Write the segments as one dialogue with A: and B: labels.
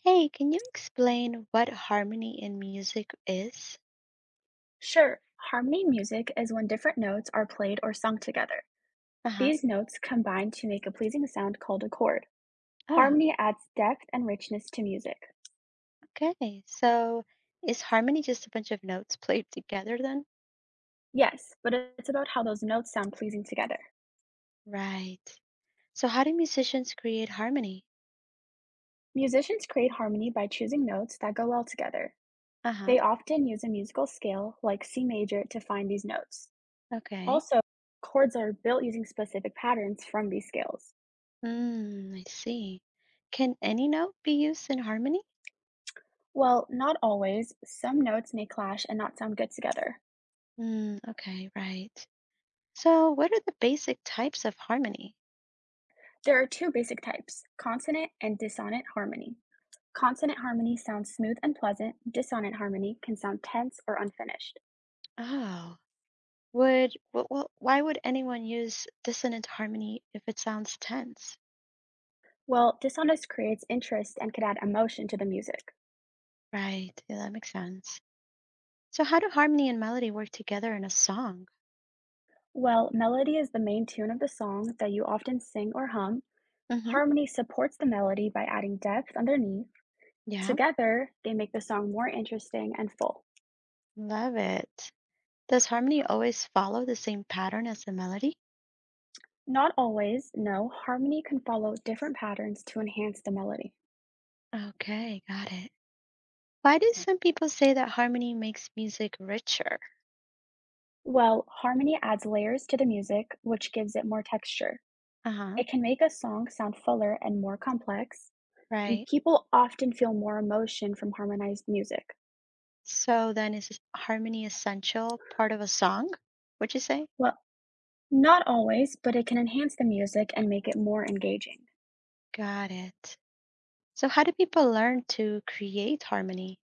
A: Hey, can you explain what harmony in music is?
B: Sure, harmony music is when different notes are played or sung together.
A: Uh huh.
B: These notes combine to make a pleasing sound called a chord.
A: Oh,
B: Harmony adds depth and richness to music.
A: okay. So is harmony just a bunch of notes played together then?
B: Yes, but it's about how those notes sound pleasing together.
A: Right. So how do musicians create harmony?
B: Musicians create harmony by choosing notes that go well together.
A: Uh huh.
B: They often use a musical scale like C major to find these notes.
A: Okay.
B: Also, chords are built using specific patterns from these scales.
A: Mm, I see. Can any note be used in harmony?
B: Well, not always. Some notes may clash and not sound good together.
A: Mm, okay, right. So what are the basic types of harmony?
B: There are two basic types: consonant and dissonant harmony. Consonant harmony sounds smooth and pleasant, dissonant harmony can sound tense or unfinished.
A: Oh, why would anyone use dissonant harmony if it sounds tense?
B: While dissonance creates interest and can add emotion to the music.
A: Right. Yeah, that makes sense. So, how do harmony and melody work together in a song?
B: While melody is the main tune of the song that you often sing or hum,
A: hmm
B: harmony supports the melody by adding depth underneath.
A: Yeah,
B: Together, they make the song more interesting and full.
A: love it. Does harmony always follow the same pattern as the melody?
B: Not always, no, harmony can follow different patterns to enhance the melody.
A: Okay, got it. Why do some people say that harmony makes music richer?
B: Well, harmony adds layers to the music, which gives it more texture.
A: Uh huh.
B: It can make a song sound fuller and more complex. And
A: Right.
B: people often feel more emotion from harmonized music.
A: So, then is harmony essential part of a song? Would you say?
B: Well, not always, but it can enhance the music and make it more engaging.
A: Got it. So, how do people learn to create harmony?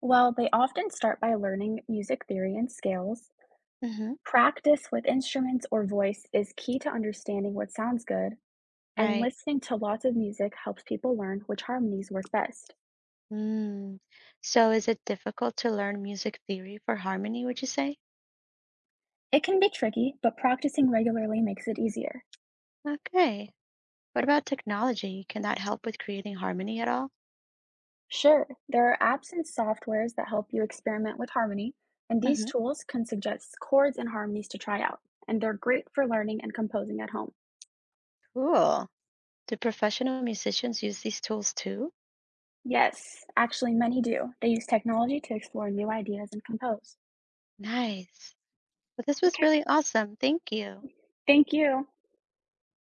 B: Well, they often start by learning music theory and scales.
A: Mm-hmm.
B: Practice with instruments or voice is key to understanding what sounds good, and
A: Right.
B: listening to lots of music helps people learn which harmonies work best.
A: Mm. So is it difficult to learn music theory for harmony, would you say?
B: It can be tricky, but practicing regularly makes it easier.
A: Okay. What about technology? Can that help with creating harmony at all?
B: Sure, there are apps and softwares that help you experiment with harmony, and these
A: hmm
B: tools can suggest chords and harmonies to try out, and they're great for learning and composing at home.
A: Cool. Do professional musicians use these tools too?
B: Yes, actually, many do. They use technology to explore new ideas and compose.
A: Nice. Well, this was
B: Okay,
A: really awesome. Thank you.
B: thank you.